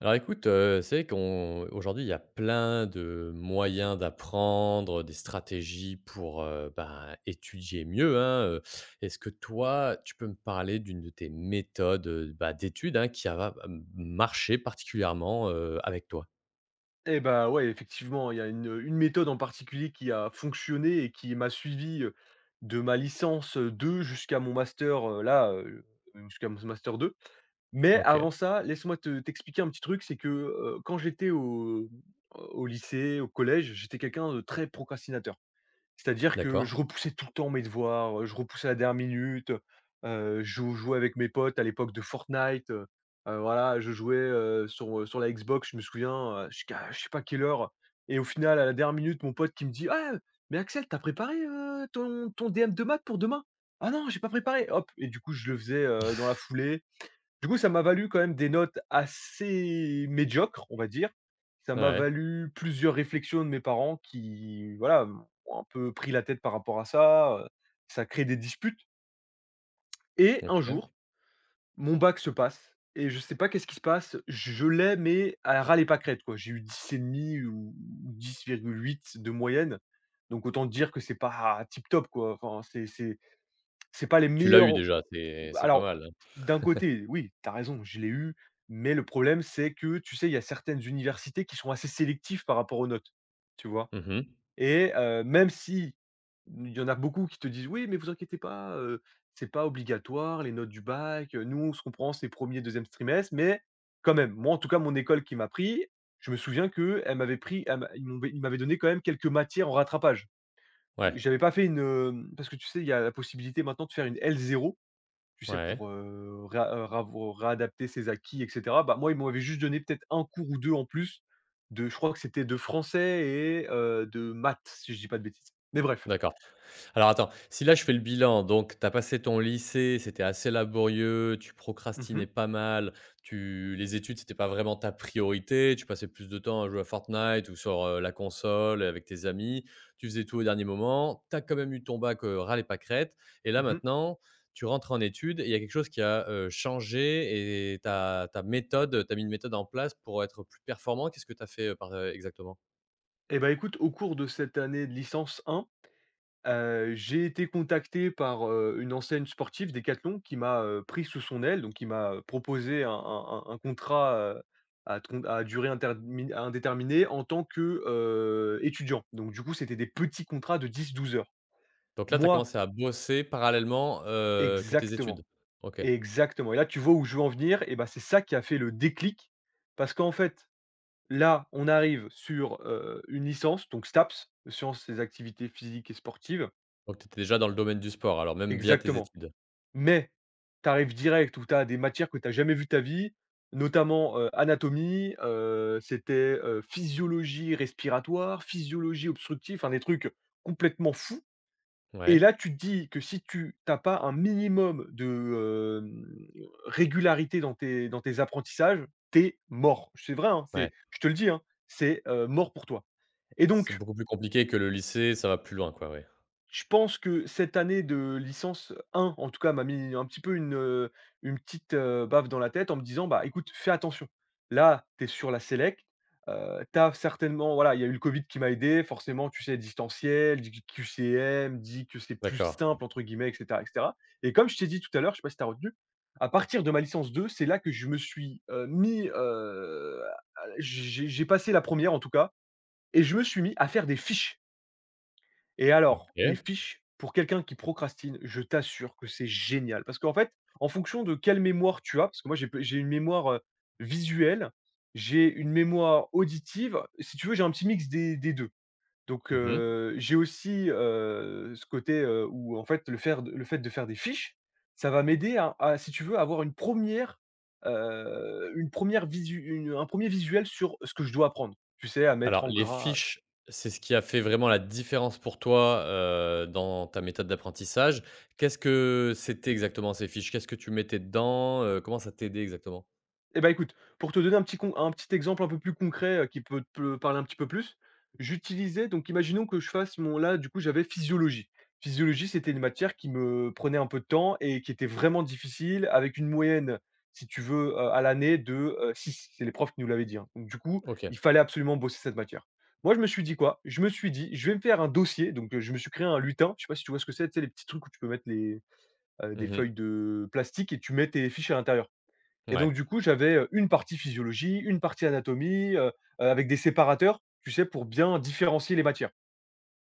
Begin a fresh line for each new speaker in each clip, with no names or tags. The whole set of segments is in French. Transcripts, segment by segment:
Alors écoute, c'est vrai qu'on aujourd'hui, il y a plein de moyens d'apprendre, des stratégies pour, ben, étudier mieux, hein. Est-ce que toi, tu peux me parler d'une de tes méthodes, bah, d'études, hein, qui a m marché particulièrement, avec toi?
Eh bah, ouais, effectivement, il y a une méthode en particulier qui a fonctionné et qui m'a suivi, de ma licence 2 jusqu'à mon master, là, jusqu'à mon master 2. Mais
OK,
avant ça, laisse-moi te t'expliquer un petit truc, c'est que, quand j'étais au lycée, au collège, j'étais quelqu'un de très procrastinateur. C'est-à-dire que je
d'accord.
repoussais tout le temps mes devoirs, je repoussais à la dernière minute, je jouais avec mes potes à l'époque de Fortnite. Voilà, je jouais sur la Xbox, je me souviens, jusqu'à je sais pas quelle heure. Et au final, à la dernière minute, mon pote qui me dit: «Ah, mais Axel, t'as préparé, ton DM de maths pour demain?» «Ah non, j'ai pas préparé», hop, et du coup, je le faisais, dans la foulée. Du coup, ça m'a valu quand même des notes assez médiocres, on va dire. Ça m'a
Ouais,
valu plusieurs réflexions de mes parents qui, voilà, ont un peu pris la tête par rapport à ça. Ça crée des disputes. Et un
OK.
jour, mon bac se passe et je sais pas qu'est-ce qui se passe, je l'ai, mais à râler pas crête, quoi. J'ai eu 10,5 ou 10,8 de moyenne, donc autant dire que c'est pas tip top, quoi. Enfin, c'est pas les
Tu l'as eu
meilleurs.
déjà, c'est pas
Alors,
mal, hein.
d'un côté, oui, t'as raison, je l'ai eu, mais le problème, c'est que, tu sais, il y a certaines universités qui sont assez sélectives par rapport aux notes, tu vois?
Mmh.
Et même si il y en a beaucoup qui te disent: «Oui, mais vous inquiétez pas, c'est pas obligatoire les notes du bac, nous, on se comprend, c'est premier, deuxième trimestre», mais quand même, moi, en tout cas, mon école qui m'a pris, je me souviens que elle m'avait pris elle m'a ils m'avaient donné quand même quelques matières en rattrapage.
Ouais,
J'avais pas fait une, hem parce que tu sais, il y a la possibilité maintenant de faire une L0. Tu sais,
ouais,
pour, réa ravo réadapter ses acquis, et cetera. Bah, moi, ils m'avaient juste donné peut-être un cours ou 2 en plus de, je crois que c'était de français et de maths, si je dis pas de bêtises. Mais bref.
d'accord. Alors attends, si là je fais le bilan, donc tu as passé ton lycée, c'était assez laborieux, tu
Mmh mh.
procrastinais pas mal, tu les études, c'était pas vraiment ta priorité, tu passais plus de temps à jouer à Fortnite ou sur, la console avec tes amis, tu faisais tout au dernier moment, tu as quand même eu ton bac, ras les pâquerettes et là
Mmh mh.
maintenant, tu rentres en études et il y a quelque chose qui a, changé et ta méthode, tu as mis une méthode en place pour être plus performant. Qu'est-ce que tu as fait, exactement?
Et bah, écoute, au cours de cette année de licence 1, j'ai été contacté par, une enseigne sportive, Decathlon, qui m'a, pris sous son aile, donc qui m'a, proposé un contrat, à durée intermin indéterminée en tant que, étudiant. Donc du coup, c'était des petits contrats de 10, 12 heures.
Donc là, tu as
Moi,
commencé à bosser parallèlement, que tes
exactement,
études? OK.
exactement, et là, tu vois où je veux en venir, et ben, c'est ça qui a fait le déclic parce qu'en fait, là, on arrive sur, une licence, donc STAPS, sciences des activités physiques et sportives.
Donc tu étais déjà dans le domaine du sport, alors même via tes
Exactement,
études?
mais tu arrives direct où tu as des matières que tu as jamais vues de ta vie, notamment, anatomie, c'était, physiologie respiratoire, physiologie obstructive, enfin des trucs complètement fous. Et
Ouais,
là, tu te dis que si tu n'as pas un minimum de, hem, régularité dans tes apprentissages, t'es mort. C'est vrai, hein, c'est,
ouais.
je te le dis, hein, c'est, mort pour toi. Et
C'est
donc
beaucoup plus compliqué que le lycée, ça va plus loin quoi, ouais.
je pense que cette année de licence 1, en tout cas, m'a mis un petit peu une petite, baffe dans la tête en me disant: «Bah, écoute, fais attention. Là, tu es sur la sélect, tu certainement», voilà, il y a eu le covid qui m'a aidé, forcément, tu sais, distanciel, dit que c'est «plus
D'accord,
simple» entre guillemets, et cetera, et cetera. Et comme je t'ai dit tout à l'heure, je sais pas si tu as retenu, à partir de ma licence 2, c'est là que je me suis, mis, à j'ai passé la première, en tout cas, et je me suis mis à faire des fiches. Et alors,
OK.
les fiches, pour quelqu'un qui procrastine, je t'assure que c'est génial. Parce qu'en fait, en fonction de quelle mémoire tu as, parce que moi j'ai une mémoire, visuelle, j'ai une mémoire auditive, si tu veux, j'ai un petit mix des 2. Donc,
Mmh.
j'ai aussi, ce côté, où en fait le fait de faire des fiches, ça va m'aider à, si tu veux, avoir une première, re une première visu une un premier visuel sur ce que je dois apprendre. Tu sais, à mettre
Alors
en
les
gras.
fiches, c'est ce qui a fait vraiment la différence pour toi, dans ta méthode d'apprentissage. Qu'est-ce que c'était exactement ces fiches? Qu'est-ce que tu mettais dedans? Comment ça t'aidait exactement?
Eh ben écoute, pour te donner un petit exemple un peu plus concret, qui peut te parler un petit peu plus, j'utilisais, donc imaginons que je fasse mon là, du coup, j'avais physiologie. Physiologie, c'était une matière qui me prenait un peu de temps et qui était vraiment difficile avec une moyenne, si tu veux, c'est les profs qui nous l'avaient dit, hein. Donc du coup,
OK.
il fallait absolument bosser cette matière. Moi, je me suis dit quoi? Je me suis dit: «Je vais me faire un dossier», donc je me suis créé un lutin. Je sais pas si tu vois ce que c'est? Tu sais, les petits trucs où tu peux mettre les, des
Mmh.
feuilles de plastique et tu mets tes fiches à l'intérieur. Et donc
Ouais,
du coup, j'avais, une partie physiologie, une partie anatomie, avec des séparateurs, tu sais, pour bien différencier les matières.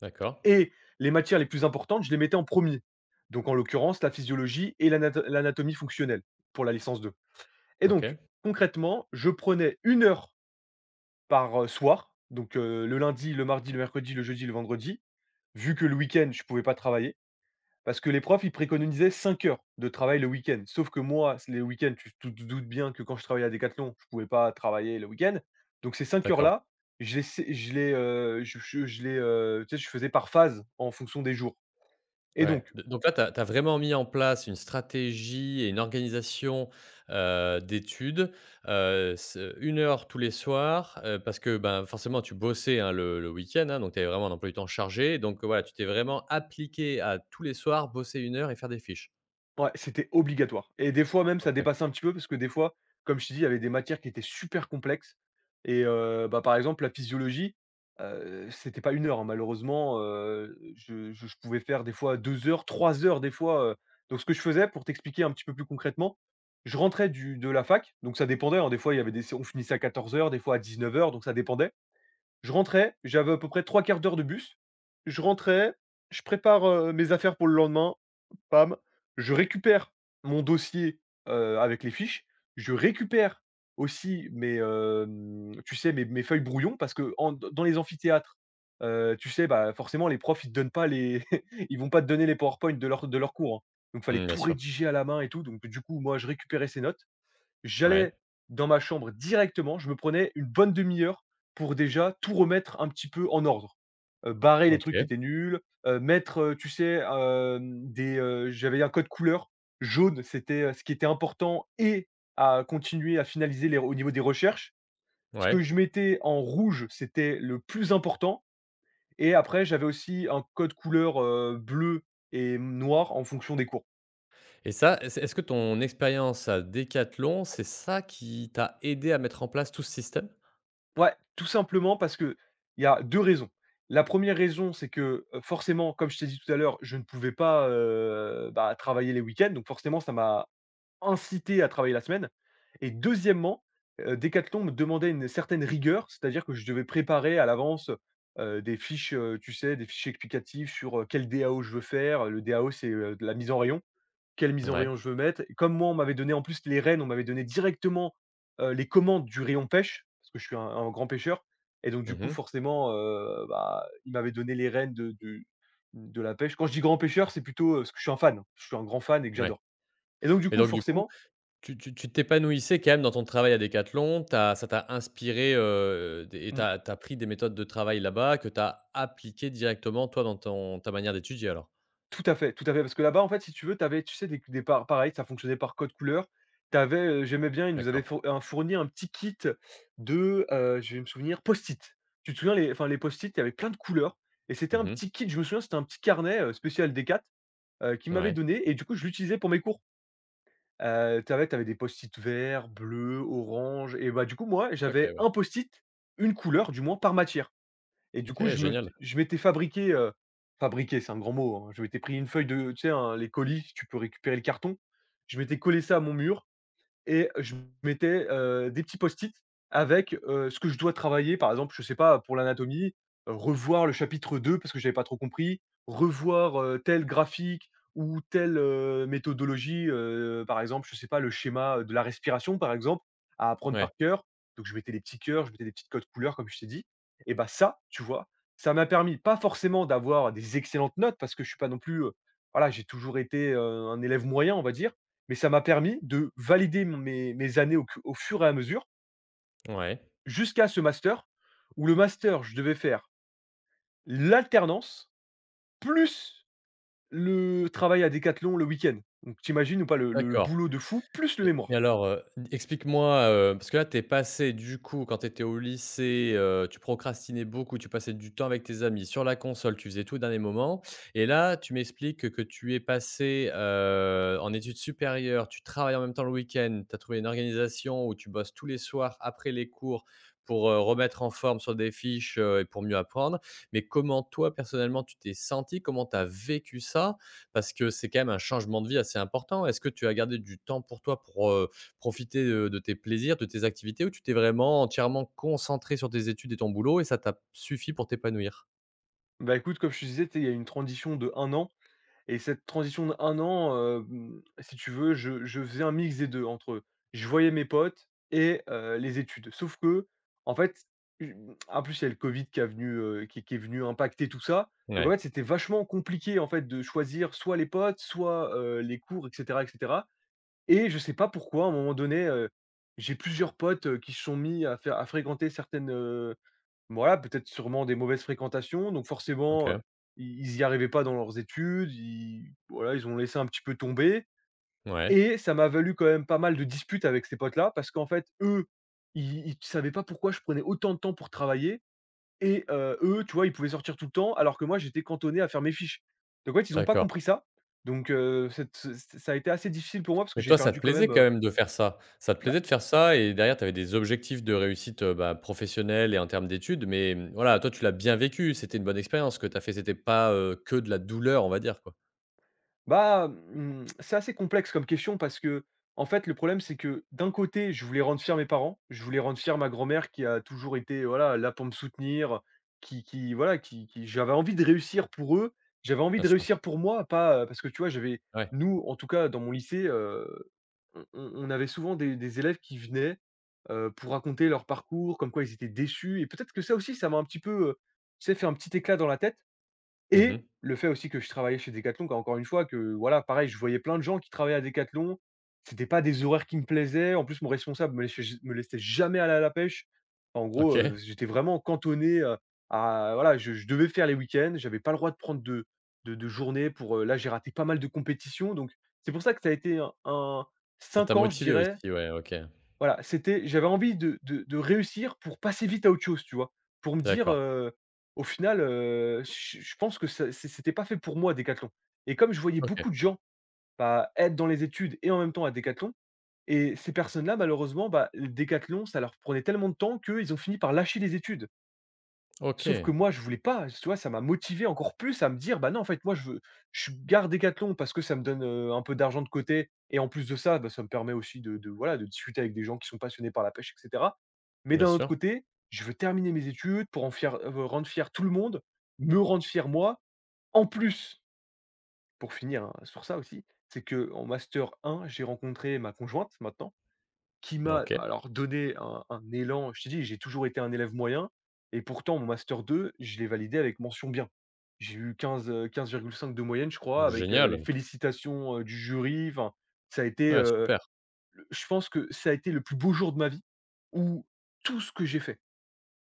d'accord.
Et les matières les plus importantes, je les mettais en premier. Donc en l'occurrence, la physiologie et l'anatomie fonctionnelle pour la licence 2. Et donc
OK.
concrètement, je prenais 1 heure par, soir, donc, le lundi, le mardi, le mercredi, le jeudi, le vendredi, vu que le week-end, je ne pouvais pas travailler. Parce que les profs, ils préconisaient 5 heures de travail le week-end. Sauf que moi, c les week-ends, tu tu te doutes bien que quand je travaillais à Decathlon, je pouvais pas travailler le week-end. Donc ces cinq
D'accord.
heures-là, je les sé je les, tu sais, je faisais par phase en fonction des jours. Et
Ouais,
donc,
d donc là, tu as vraiment mis en place une stratégie et une organisation, d'études, ce 1 heure tous les soirs, parce que, ben, forcément tu bossais, hein, le week-end, hein, donc tu avais vraiment un emploi du temps chargé, donc voilà, tu t'es vraiment appliqué à tous les soirs bosser une heure et faire des fiches?
ouais, c'était obligatoire et des fois même ça
OK.
dépassait un petit peu parce que des fois, comme je t'ai dit, il y avait des matières qui étaient super complexes. Et bah, par exemple la physiologie, c'était pas 1 heure, hein, malheureusement, je pouvais faire des fois 2 heures, 3 heures des fois. Donc ce que je faisais pour t'expliquer un petit peu plus concrètement, je rentrais du de la fac, donc ça dépendait, hein, des fois il y avait des on finissait à 14 heures, des fois à 19 heures, donc ça dépendait. Je rentrais, j'avais à peu près trois quarts d'heure de bus, je rentrais, je prépare, mes affaires pour le lendemain, pam, je récupère mon dossier, avec les fiches, je récupère aussi tu sais, mes feuilles brouillons parce que d dans les amphithéâtres, tu sais, bah, forcément les profs, ils te donnent pas les ils vont pas te donner les PowerPoint de leur cours, hein. Donc fallait
Mmh, bien
tout
sûr.
rédiger à la main et tout, donc du coup, moi, je récupérais ces notes. J'allais
Ouais.
dans ma chambre directement, je me prenais une bonne demi heure pour déjà tout remettre un petit peu en ordre. Barrer les trucs qui
OK.
étaient nuls, mettre, tu sais, des, j'avais un code couleur. Jaune, c'était, ce qui était important et à continuer à finaliser les au niveau des recherches. Ce
Ouais
que je mettais en rouge, c'était le plus important, et après j'avais aussi un code couleur, bleu et noir en fonction des cours.
et ça, est-ce que ton expérience à Decathlon, c'est ça qui t'a aidé à mettre en place tout ce système?
Ouais, tout simplement parce que il y a 2 raisons. La première raison, c'est que, forcément, comme je t'ai dit tout à l'heure, je ne pouvais pas, bah, travailler les week-ends, donc forcément, ça m'a incité à travailler la semaine. Et deuxièmement, Decathlon me demandait une certaine rigueur, c'est-à-dire que je devais préparer à l'avance, des fiches, tu sais, des fiches explicatives sur, quel DAO je veux faire. Le DAO, c'est, de la mise en rayon. Quelle mise en
Ouais.
rayon je veux mettre? Et comme moi, on m'avait donné en plus les rênes, on m'avait donné directement, les commandes du rayon pêche, parce que je suis un grand pêcheur. Et donc du coup,
Mmh.
forcément, bah, il m'avait donné les rênes de la pêche. Quand je dis grand pêcheur, c'est plutôt, parce que je suis un fan, je suis un grand fan et que
Ouais.
j'adore. Et donc du
Et
coup
donc du coup,
forcément
tu t'épanouissais quand même dans ton travail à Decathlon, tu ça t'a inspiré, des et tu
mmh.
as tu as pris des méthodes de travail là-bas que tu as appliquées directement toi dans ton ta manière d'étudier alors?
Tout à fait, parce que là-bas, en fait, si tu veux, tu avais, tu sais, des par pareil, ça fonctionnait par code couleur. T'avais, j'aimais bien, ils nous avaient
D'accord.
fourni un petit kit de, je vais me souvenir, Post-it. Tu te souviens les Post-it, il y avait plein de couleurs et c'était un
Mmh mh.
petit kit, je me souviens, c'était un petit carnet, spécial Decathlon, qu'ils m'avaient
Ouais.
donné et du coup, je l'utilisais pour mes cours. T'avais avais des Post-it verts, bleus, orange. Et bah, du coup, moi,
OK,
j'avais
ouais.
un Post-it, une couleur du moins par matière. Et du coup,
OK,
je me
génial.
je m'étais fabriqué, fabriqué, c'est un grand mot, hein. Je m'étais pris une feuille de, tu sais, un les colis, si tu peux récupérer le carton. Je m'étais collé ça à mon mur et je mettais, des petits post-it avec, ce que je dois travailler. Par exemple, je sais pas, pour l'anatomie, revoir le chapitre 2 parce que j'avais pas trop compris, revoir, tel graphique ou telle, méthodologie, par exemple, je sais pas, le schéma de la respiration, par exemple, à apprendre
Ouais,
par cœur. Donc je mettais des petits cœurs, je mettais des petites codes couleurs comme je t'ai dit. Et bah, ça, tu vois, ça m'a permis pas forcément d'avoir des excellentes notes parce que je suis pas non plus, voilà, j'ai toujours été, un élève moyen, on va dire. Mais ça m'a permis de valider mon mes mes années au fur et à mesure,
ouais.
jusqu'à ce master, où le master, je devais faire l'alternance, plus le travail à Décathlon le week-end. Donc tu imagines ou pas le
D'accord.
boulot de fou, plus le
Et
mémoire.
alors, explique-moi, parce que là, tu es passé du coup, quand tu étais au lycée, tu procrastinais beaucoup, tu passais du temps avec tes amis, sur la console, tu faisais tout au dernier moment et là, tu m'expliques que tu es passé, en études supérieures, tu travailles en même temps le week-end, tu as trouvé une organisation où tu bosses tous les soirs après les cours pour, remettre en forme sur des fiches, et pour mieux apprendre. Mais comment toi, personnellement, tu t'es senti? Comment tu as vécu ça? Parce que c'est quand même un changement de vie assez important. Est-ce que tu as gardé du temps pour toi pour, profiter, de tes plaisirs, de tes activités ou tu t'es vraiment entièrement concentré sur tes études et ton boulot et ça t'a suffi pour t'épanouir?
Bah, écoute, comme je te disais, tu il y a une transition de 1 an. Et cette transition de 1 an, si tu veux, je faisais un mix des 2 entre je voyais mes potes et les études. Sauf que en fait, j en plus, il y a le Covid qui est venu impacter tout ça. Donc en
Ouais,
fait, c'était vachement compliqué, en fait, de choisir soit les potes, soit, les cours et cetera et cetera. Et je sais pas pourquoi, à un moment donné, j'ai plusieurs potes, qui se sont mis à faire à fréquenter certaines, voilà, peut-être sûrement des mauvaises fréquentations, donc forcément,
OK.
i ils n'y arrivaient pas dans leurs études, ils voilà, ils ont laissé un petit peu tomber
Ouais,
et ça m'a valu quand même pas mal de disputes avec ces potes-là parce qu'en fait, eux, ils ne savaient pas pourquoi je prenais autant de temps pour travailler et eux, tu vois, ils pouvaient sortir tout le temps alors que moi, j'étais cantonné à faire mes fiches. Donc en fait, ils n'ont pas
d'accord.
compris ça, donc cette c ça a été assez difficile pour moi parce que
Mais
j'ai
toi, ça te
perdu quand même,
plaisait quand
heu.
même de faire ça? Ça te plaisait de faire ça et derrière tu avais des objectifs de réussite, bah, professionnelle et en termes d'études, mais, mmh, voilà, toi tu l'as bien vécu, c'était une bonne expérience que tu as fait, c'était pas, que de la douleur, on va dire, quoi?
Bah, mmh, c'est assez complexe comme question parce que, en fait, le problème, c'est que d'un côté, je voulais rendre fier mes parents, je voulais rendre fier ma grand-mère qui a toujours été, voilà, là pour me soutenir, qui voilà, qui j'avais envie de réussir pour eux, j'avais envie
Bien
de
sûr.
réussir pour moi, pas, parce que tu vois, j'avais
Ouais.
nous, en tout cas dans mon lycée, on avait souvent des élèves qui venaient, pour raconter leur parcours, comme quoi ils étaient déçus et peut-être que ça aussi, ça m'a un petit peu, tu sais, fait un petit éclat dans la tête. Et
Mmh.
le fait aussi que je travaillais chez Decathlon, qu'en encore une fois, que voilà, pareil, je voyais plein de gens qui travaillaient à Decathlon. C'était pas des horaires qui me plaisaient. En plus, mon responsable me laissait jamais aller à la pêche. En gros,
OK.
j'étais vraiment cantonné, à voilà, je devais faire les week-ends. J'avais pas le droit de prendre de journées pour, là, j'ai raté pas mal de compétitions. Donc, c'est pour ça que ça a été un
Ça t'a
5 ans, je
motivé
dirais,
aussi, ouais, OK.
voilà, c'était j'avais envie de réussir pour passer vite à autre chose, tu vois? Pour me dire,
D'accord.
au final, je pense que ça c'est c'était pas fait pour moi Decathlon et comme je voyais
OK.
beaucoup de gens, bah, être dans les études et en même temps à Decathlon et ces personnes-là malheureusement, bah, le Decathlon ça leur prenait tellement de temps qu'eux, ils ont fini par lâcher les études. Sauf que
OK,
moi, je voulais pas, tu vois? Ça m'a motivé encore plus à me dire: «Bah, non, en fait, moi, je veux je garde Decathlon parce que ça me donne, un peu d'argent de côté et en plus de ça, bah, ça me permet aussi de voilà, de discuter avec des gens qui sont passionnés par la pêche et cetera. Mais
bien
d'un autre
sûr.
côté, je veux terminer mes études pour en fier rendre fier tout le monde, me rendre fier moi». En plus, pour finir, hein, sur ça aussi, c'est que en master 1 j'ai rencontré ma conjointe maintenant. Qui m'a
OK.
alors donné un élan. Je t'ai dit, j'ai toujours été un élève moyen et pourtant mon master 2, je l'ai validé avec mention bien. J'ai eu 15,5 de moyenne, je crois, avec, les
Génial.
félicitations, du jury. Enfin, ça a été,
Ouais, super.
le je pense que ça a été le plus beau jour de ma vie où tout ce que j'ai fait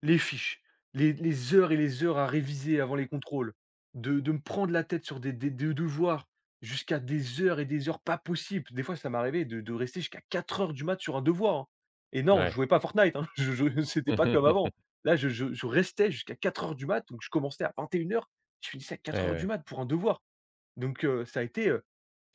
les fiches, les heures et les heures à réviser avant les contrôles, de me prendre la tête sur des devoirs jusqu'à des heures et des heures pas possibles. Des fois, ça m'est arrivé de rester jusqu'à quatre heures du mat sur un devoir, hein et non, je
Ouais.
jouais pas à Fortnite, hein, je c'était pas comme avant. Là, je restais jusqu'à quatre heures du mat, donc je commençais à 21:00, je finissais à quatre
Ouais,
heures du
ouais.
mat pour un devoir, donc ça a été,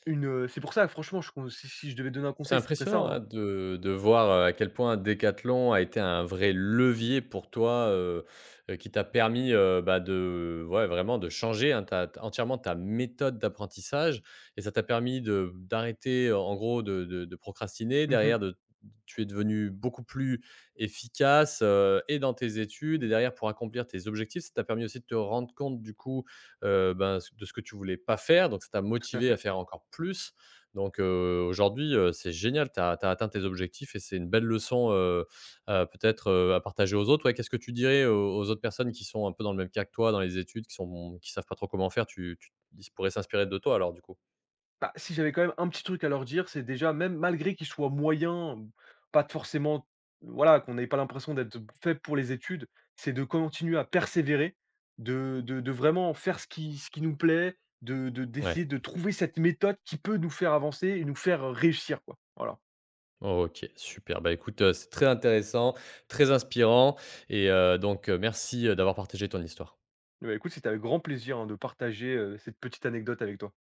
c'est pour ça franchement je con si si je devais donner un
C'est
conseil, ce serait ça,
impressionnant,
hein.
hein, de voir, à quel point Decathlon a été un vrai levier pour toi, qui t'a permis, bah, de ouais, vraiment de changer, hein, ta entièrement ta méthode d'apprentissage et ça t'a permis de d'arrêter, en gros, de procrastiner.
Mmh.
Derrière de tu es devenu beaucoup plus efficace, et dans tes études et derrière pour accomplir tes objectifs. Ça t'a permis aussi de te rendre compte du coup, ben, de ce que tu voulais pas faire, donc ça t'a
Tout à
motivé à
fait.
faire encore plus. Donc aujourd'hui, c'est génial, tu as atteint tes objectifs et c'est une belle leçon, peut-être, à partager aux autres. Ouais, qu'est-ce que tu dirais aux autres personnes qui sont un peu dans le même cas que toi, dans les études, qui sont qui savent pas trop comment faire? Tu tu ils pourraient s'inspirer de toi alors du coup?
Bah, si j'avais quand même un petit truc à leur dire, c'est déjà même malgré qu'ils soient moyens, pas forcément voilà, qu'on n'ait pas l'impression d'être fait pour les études, c'est de continuer à persévérer, de vraiment faire ce qui nous plaît, de
Ouais,
d'essayer de trouver cette méthode qui peut nous faire avancer et nous faire réussir, quoi. Voilà.
OK, super. Bah, écoute, c'est très intéressant, très inspirant et donc merci, d'avoir partagé ton histoire.
Bah, écoute, c'était avec grand plaisir, hein, de partager, cette petite anecdote avec toi.